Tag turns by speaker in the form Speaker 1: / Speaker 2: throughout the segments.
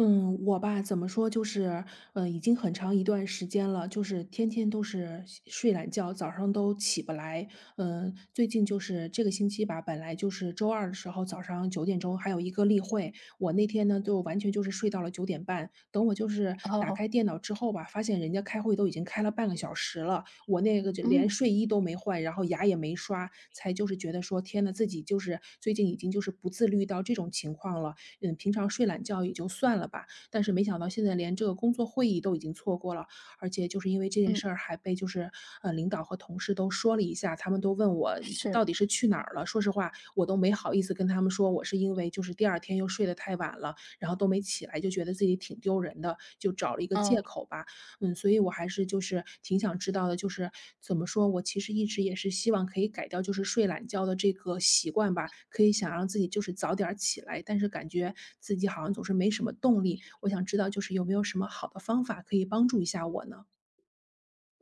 Speaker 1: 嗯，我吧，怎么说，就是，已经很长一段时间了，就是天天都是睡睡懒觉，早上都起不来。嗯，最近就是这个星期吧，本来就是周二的时候早上九点钟还有一个例会，我那天呢就完全就是睡到了九点半。等我就是打
Speaker 2: 哦，
Speaker 1: 开电脑之后吧，发现人家开会都已经开了半个小时了，我那个就连
Speaker 2: 嗯
Speaker 1: 睡衣都没换，然后牙也没刷，才就是觉得说，天呐，自己就是最近已经就是不自律到这种情况了。嗯，平常睡懒觉也就算了吧，但是没想到现在连这个工作会议都已经错过了，而且就是因为这件
Speaker 2: 嗯，
Speaker 1: 事儿还被就是，领导和同事都说了一下，他们都问我这
Speaker 2: 是，
Speaker 1: 到底是去哪儿了，说实话，我都没好意思跟他们说，我是因为就是第二天又睡得太晚了，然后都没起来，就觉得自己挺丢人的，就找了一个借
Speaker 2: 嗯
Speaker 1: 口吧。嗯，所以我还是就是挺想知道的，就是怎么说，我其实一直也是希望可以改掉就是睡懒觉的这个习惯吧，可以想让自己就是早点儿起来，但是感觉自己好像总是没什么动力。我想知道就是有没有什么好的方法可以帮助一下我呢？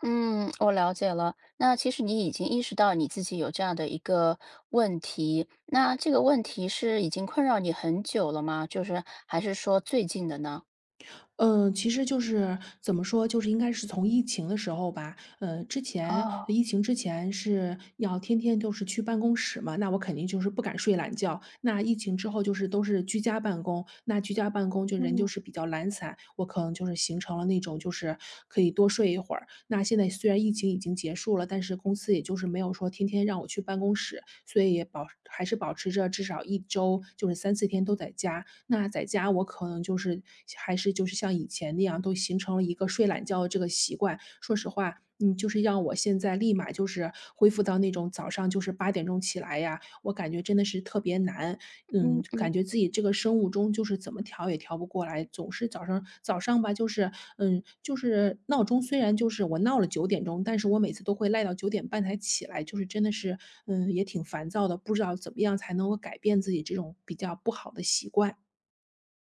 Speaker 2: 嗯，我了解了。那其实你已经意识到你自己有这样的一个问题，那这个问题是已经困扰你很久了吗？就是还是说最近的呢？
Speaker 1: 嗯，其实就是怎么说，就是应该是从疫情的时候吧。
Speaker 2: 哦，
Speaker 1: 疫情之前是要天天都是去办公室嘛，那我肯定就是不敢睡懒觉。那疫情之后就是都是居家办公，那居家办公就人就
Speaker 2: 嗯
Speaker 1: 是比较懒散，我可能就是形成了那种就是可以多睡一会儿。那现在虽然疫情已经结束了，但是公司也就是没有说天天让我去办公室，所以也还是保持着至少一周，就是三四天都在家。那在家我可能就是还是就是像以前那样，都形成了一个睡懒觉的这个习惯。说实话，就是让我现在立马就是恢复到那种早上就是8点钟起来呀，我感觉真的是特别难，
Speaker 2: 嗯
Speaker 1: 嗯，
Speaker 2: 嗯。
Speaker 1: 感觉自己这个生物钟就是怎么调也调不过来，总是早上吧，就是闹钟虽然就是我闹了九点钟，但是我每次都会赖到九点半才起来，就是真的是，也挺烦躁的，不知道怎么样才能够改变自己这种比较不好的习惯。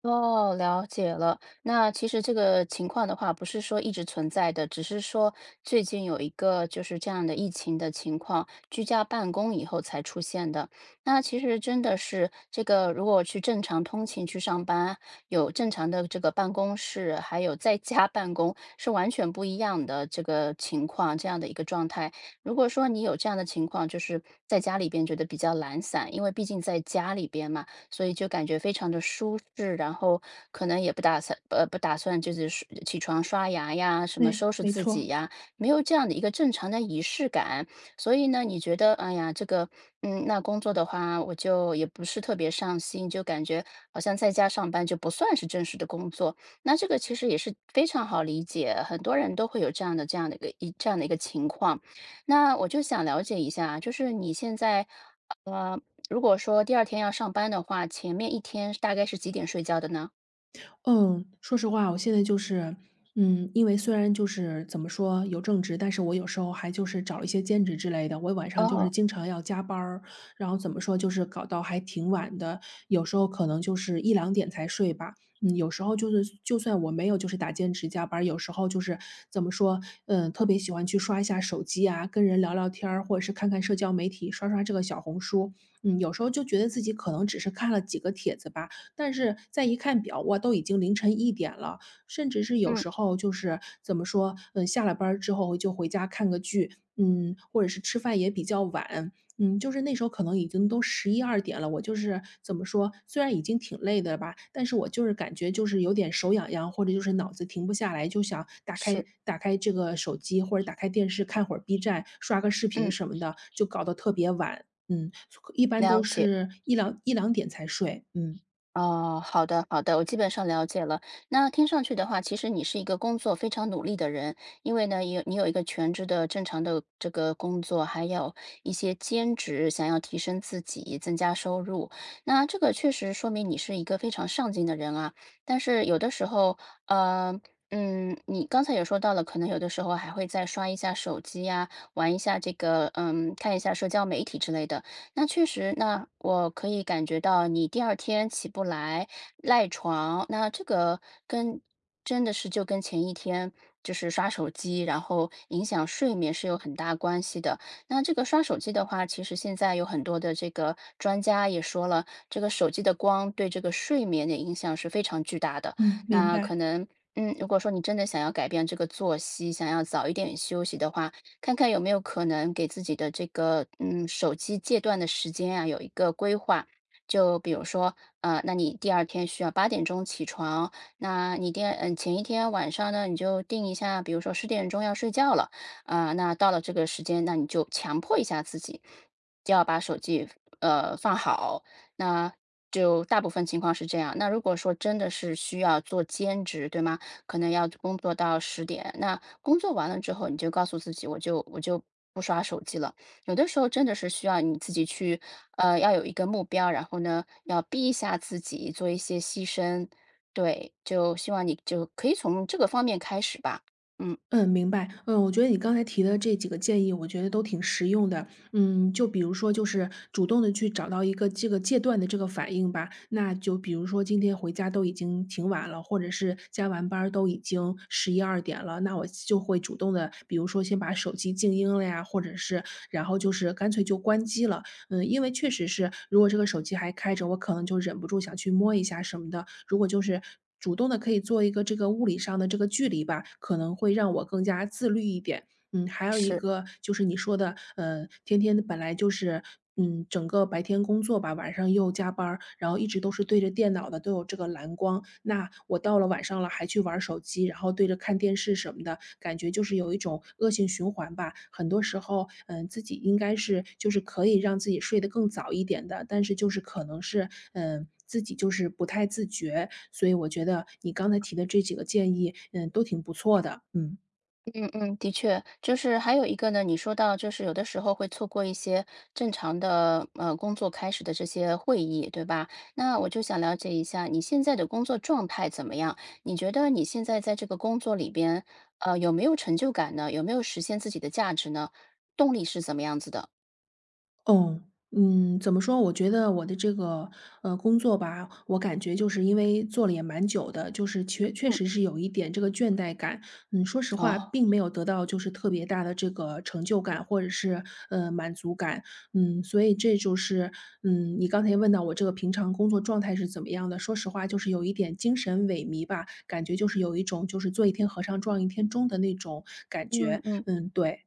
Speaker 2: 哦，了解了。那其实这个情况的话，不是说一直存在的，只是说最近有一个就是这样的疫情的情况，居家办公以后才出现的。那其实真的是这个，如果去正常通勤去上班，有正常的这个办公室，还有在家办公，是完全不一样的这个情况，这样的一个状态。如果说你有这样的情况，就是在家里边觉得比较懒散，因为毕竟在家里边嘛。所以就感觉非常的舒适，然后可能也不打算呃不打算就是刷起床刷牙呀，什么
Speaker 1: 对，
Speaker 2: 收拾
Speaker 1: 没
Speaker 2: 自己
Speaker 1: 错。
Speaker 2: 呀，没有这样的一个正常的仪式感。所以呢，你觉得哎呀这个嗯，那工作的话我就也不是特别上心，就感觉好像在家上班就不算是正式的工作。那这个其实也是非常好理解，很多人都会有这样的一个情况。那我就想了解一下啊，就是你现在。呃。如果说第二天要上班的话，前面一天大概是几点睡觉的呢？
Speaker 1: 嗯，说实话，我现在就是，因为虽然就是怎么说有正职，但是我有时候还就是找一些兼职之类的。我晚上就是
Speaker 2: 哦，
Speaker 1: 经常要加班儿，然后怎么说就是搞到还挺晚的，有时候可能就是一两点才睡吧。嗯，有时候就是就算我没有就是打兼职加班儿，有时候就是怎么说，特别喜欢去刷一下手机啊，跟人聊聊天儿，或者是看看社交媒体，刷刷这个小红书。嗯，有时候就觉得自己可能只是看了几个帖子吧，但是再一看表，哇，都已经凌晨一点了，甚至是有
Speaker 2: 嗯，
Speaker 1: 时候就是怎么说，下了班儿之后就回家看个剧，或者是吃饭也比较晚，就是那时候可能已经都十一二点了，我就是怎么说，虽然已经挺累的吧，但是我就是感觉就是有点手痒痒，或者就是脑子停不下来，就想打开
Speaker 2: 是，
Speaker 1: 打开这个手机或者打开电视看会儿 B 站，刷个视频
Speaker 2: 嗯，
Speaker 1: 什么的，就搞得特别晚，嗯，一般都
Speaker 2: 了解。
Speaker 1: 是一两点才睡，嗯。
Speaker 2: 哦，好的好的，我基本上了解了。那听上去的话，其实你是一个工作非常努力的人，因为呢，你有一个全职的正常的这个工作，还有一些兼职，想要提升自己，增加收入。那这个确实说明你是一个非常上进的人啊。但是有的时候，呃，你刚才也说到了，可能有的时候还会再刷一下手机呀，玩一下这个，嗯，看一下社交媒体之类的。那确实，那我可以感觉到你第二天起不来，赖床，那这个跟真的是就跟前一天就是刷手机，然后影响睡眠是有很大关系的。那这个刷手机的话，其实现在有很多的这个专家也说了，这个手机的光对这个睡眠的影响是非常巨大的。
Speaker 1: 嗯，明
Speaker 2: 那
Speaker 1: 白。
Speaker 2: 可能，嗯，如果说你真的想要改变这个作息，想要早一点休息的话，看看有没有可能给自己的这个嗯手机戒断的时间啊有一个规划。就比如说，那你第二天需要八点钟起床，那你第二嗯前一天晚上呢，你就定一下，比如说十点钟要睡觉了，啊、那到了这个时间，那你就强迫一下自己，就要把手机放好。那就大部分情况是这样。那如果说真的是需要做兼职，对吗？可能要工作到十点。那工作完了之后，你就告诉自己，我就不刷手机了。有的时候真的是需要你自己去，要有一个目标，然后呢，要逼一下自己，做一些牺牲。对，就希望你就可以从这个方面开始吧。嗯，
Speaker 1: 嗯，明白。嗯，我觉得你刚才提的这几个建议，我觉得都挺实用的。嗯，就比如说，就是主动的去找到一个这个戒断的这个反应吧。那就比如说，今天回家都已经挺晚了，或者是加完班儿都已经十一二点了，那我就会主动的，比如说先把手机静音了呀，或者是然后就是干脆就关机了。嗯，因为确实是，如果这个手机还开着，我可能就忍不住想去摸一下什么的。如果就是主动的，可以做一个这个物理上的这个距离吧，可能会让我更加自律一点。嗯，还有一
Speaker 2: 是。
Speaker 1: 个就是你说的，天天本来就是，整个白天工作吧，晚上又加班儿，然后一直都是对着电脑的，都有这个蓝光。那我到了晚上了，还去玩儿手机，然后对着看电视什么的，感觉就是有一种恶性循环吧。很多时候，自己应该是就是可以让自己睡得更早一点的，但是就是可能是，自己就是不太自觉，所以我觉得你刚才提的这几个建议，嗯，都挺不错的，嗯。
Speaker 2: 嗯嗯，的确，就是还有一个呢，你说到就是有的时候会错过一些正常的工作开始的这些会议，对吧？那我就想了解一下你现在的工作状态怎么样？你觉得你现在在这个工作里边，有没有成就感呢？有没有实现自己的价值呢？动力是怎么样子的？
Speaker 1: 哦，嗯，怎么说？我觉得我的这个工作吧，我感觉就是因为做了也蛮久的，就是确确
Speaker 2: 嗯，
Speaker 1: 实是有一点这个倦怠感。嗯，说实话，
Speaker 2: 哦，
Speaker 1: 并没有得到就是特别大的这个成就感或者是满足感。嗯，所以这就是你刚才也问到我这个平常工作状态是怎么样的？说实话，就是有一点精神萎靡吧，感觉就是有一种就是做一天和尚撞一天钟的那种感
Speaker 2: 嗯
Speaker 1: 觉。
Speaker 2: 嗯。
Speaker 1: 嗯，对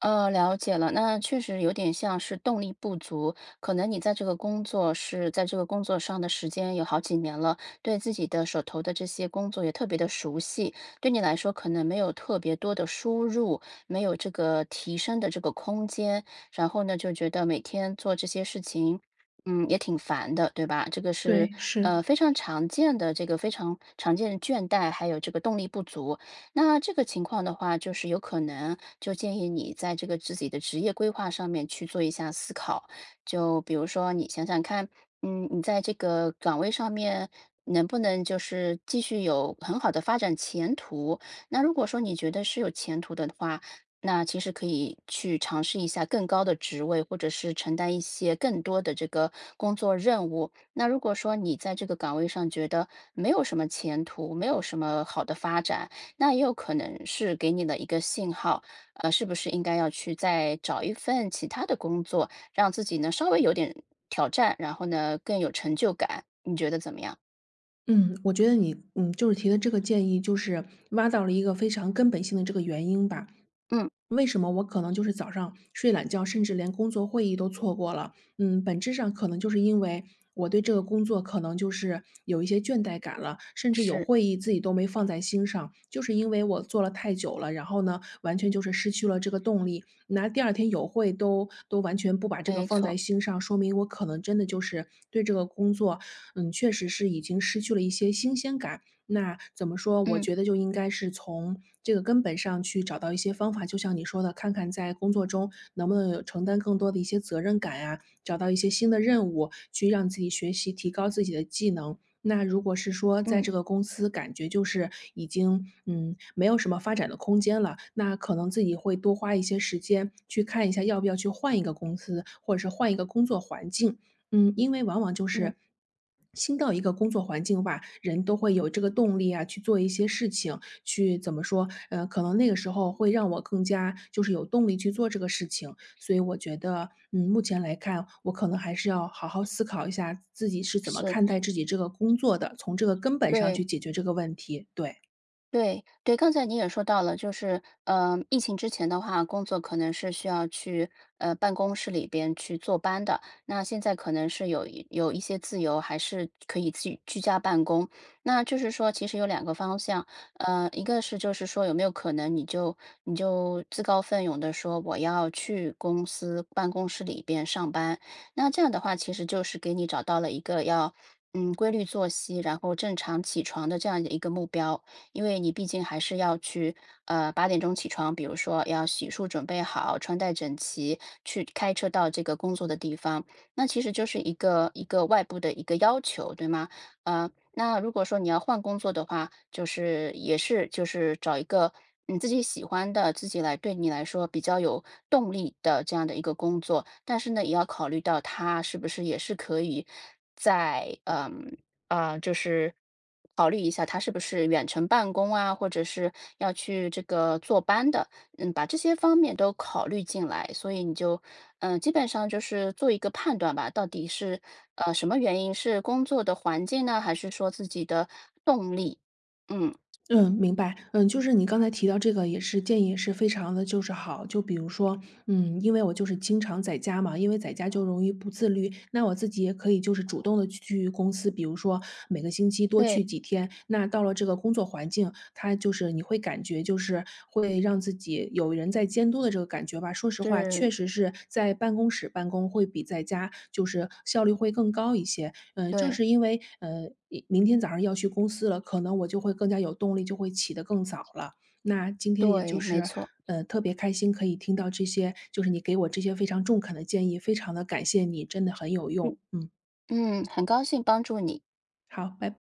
Speaker 2: 了解了，那确实有点像是动力不足，可能你在这个工作上的时间有好几年了，对自己的手头的这些工作也特别的熟悉，对你来说可能没有特别多的输入，没有这个提升的这个空间，然后呢，就觉得每天做这些事情，嗯，也挺烦的，对吧？这个是
Speaker 1: 对是。
Speaker 2: 非常常见的这个非常常见的倦怠，还有这个动力不足。那这个情况的话，就是有可能就建议你在这个自己的职业规划上面去做一下思考。就比如说，你想想看，嗯，你在这个岗位上面能不能就是继续有很好的发展前途？那如果说你觉得是有前途的话，那其实可以去尝试一下更高的职位，或者是承担一些更多的这个工作任务。那如果说你在这个岗位上觉得没有什么前途，没有什么好的发展，那也有可能是给你的一个信号，是不是应该要去再找一份其他的工作，让自己呢稍微有点挑战，然后呢更有成就感，你觉得怎么样？
Speaker 1: 嗯，我觉得你就是提的这个建议，就是挖到了一个非常根本性的这个原因吧。
Speaker 2: 嗯，
Speaker 1: 为什么我可能就是早上睡懒觉，甚至连工作会议都错过了？嗯，本质上可能就是因为我对这个工作可能就是有一些倦怠感了，甚至有
Speaker 2: 是，
Speaker 1: 会议自己都没放在心上，就是因为我做了太久了，然后呢，完全就是失去了这个动力，拿第二天有会都完全不把这个
Speaker 2: 没
Speaker 1: 放在
Speaker 2: 错，
Speaker 1: 心上，说明我可能真的就是对这个工作确实是已经失去了一些新鲜感。那怎么说？我
Speaker 2: 嗯
Speaker 1: 觉得就应该是从这个根本上去找到一些方法，就像你说的，看看在工作中能不能有承担更多的一些责任感呀、找到一些新的任务，去让自己学习、提高自己的技能。那如果是说在
Speaker 2: 嗯
Speaker 1: 这个公司感觉就是已经没有什么发展的空间了，那可能自己会多花一些时间去看一下要不要去换一个公司，或者是换一个工作环境。嗯，因为往往就
Speaker 2: 嗯，
Speaker 1: 是新到一个工作环境吧，人都会有这个动力啊，去做一些事情，去怎么说？可能那个时候会让我更加就是有动力去做这个事情。所以我觉得，嗯，目前来看，我可能还是要好好思考一下自己是怎么
Speaker 2: 是，
Speaker 1: 看待自己这个工作的，从这个根本上去
Speaker 2: 对。
Speaker 1: 解决这个问题。对。
Speaker 2: 对对，刚才你也说到了，就是，疫情之前的话，工作可能是需要去，办公室里边去坐班的。那现在可能是有一些自由，还是可以居家办公。那就是说，其实有两个方向，一个是就是说有没有可能你就自告奋勇的说我要去公司办公室里边上班，那这样的话其实就是给你找到了一个要，嗯，规律作息，然后正常起床的这样的一个目标。因为你毕竟还是要去，八点钟起床，比如说要洗漱准备好，穿戴整齐，去开车到这个工作的地方，那其实就是一个外部的一个要求，对吗？那如果说你要换工作的话，就是也是就是找一个你自己喜欢的，自己来对你来说比较有动力的这样的一个工作，但是呢，也要考虑到它是不是也是可以在嗯啊，就是考虑一下他是不是远程办公啊，或者是要去这个坐班的，嗯，把这些方面都考虑进来，所以你就，嗯、基本上就是做一个判断吧，到底是什么原因，是工作的环境呢，还是说自己的动力？嗯，
Speaker 1: 嗯，明白。嗯，就是你刚才提到这个也是建议也是非常的就是好。就比如说，因为我就是经常在家嘛，因为在家就容易不自律，那我自己也可以就是主动的去公司，比如说每个星期多去
Speaker 2: 对，
Speaker 1: 几天。那到了这个工作环境，他就是你会感觉就是会让自己有人在监督的这个感觉吧。说实话，
Speaker 2: 是，
Speaker 1: 确实是在办公室办公会比在家就是效率会更高一些。正
Speaker 2: 对，
Speaker 1: 是因为，明天早上要去公司了，可能我就会更加有动力，就会起得更早了。那今天也就
Speaker 2: 对，没
Speaker 1: 是，
Speaker 2: 错，
Speaker 1: 特别开心可以听到这些，就是你给我这些非常中肯的建议，非常的感谢你，真的很有
Speaker 2: 嗯
Speaker 1: 用。嗯，
Speaker 2: 嗯，很高兴帮助你。
Speaker 1: 好，拜拜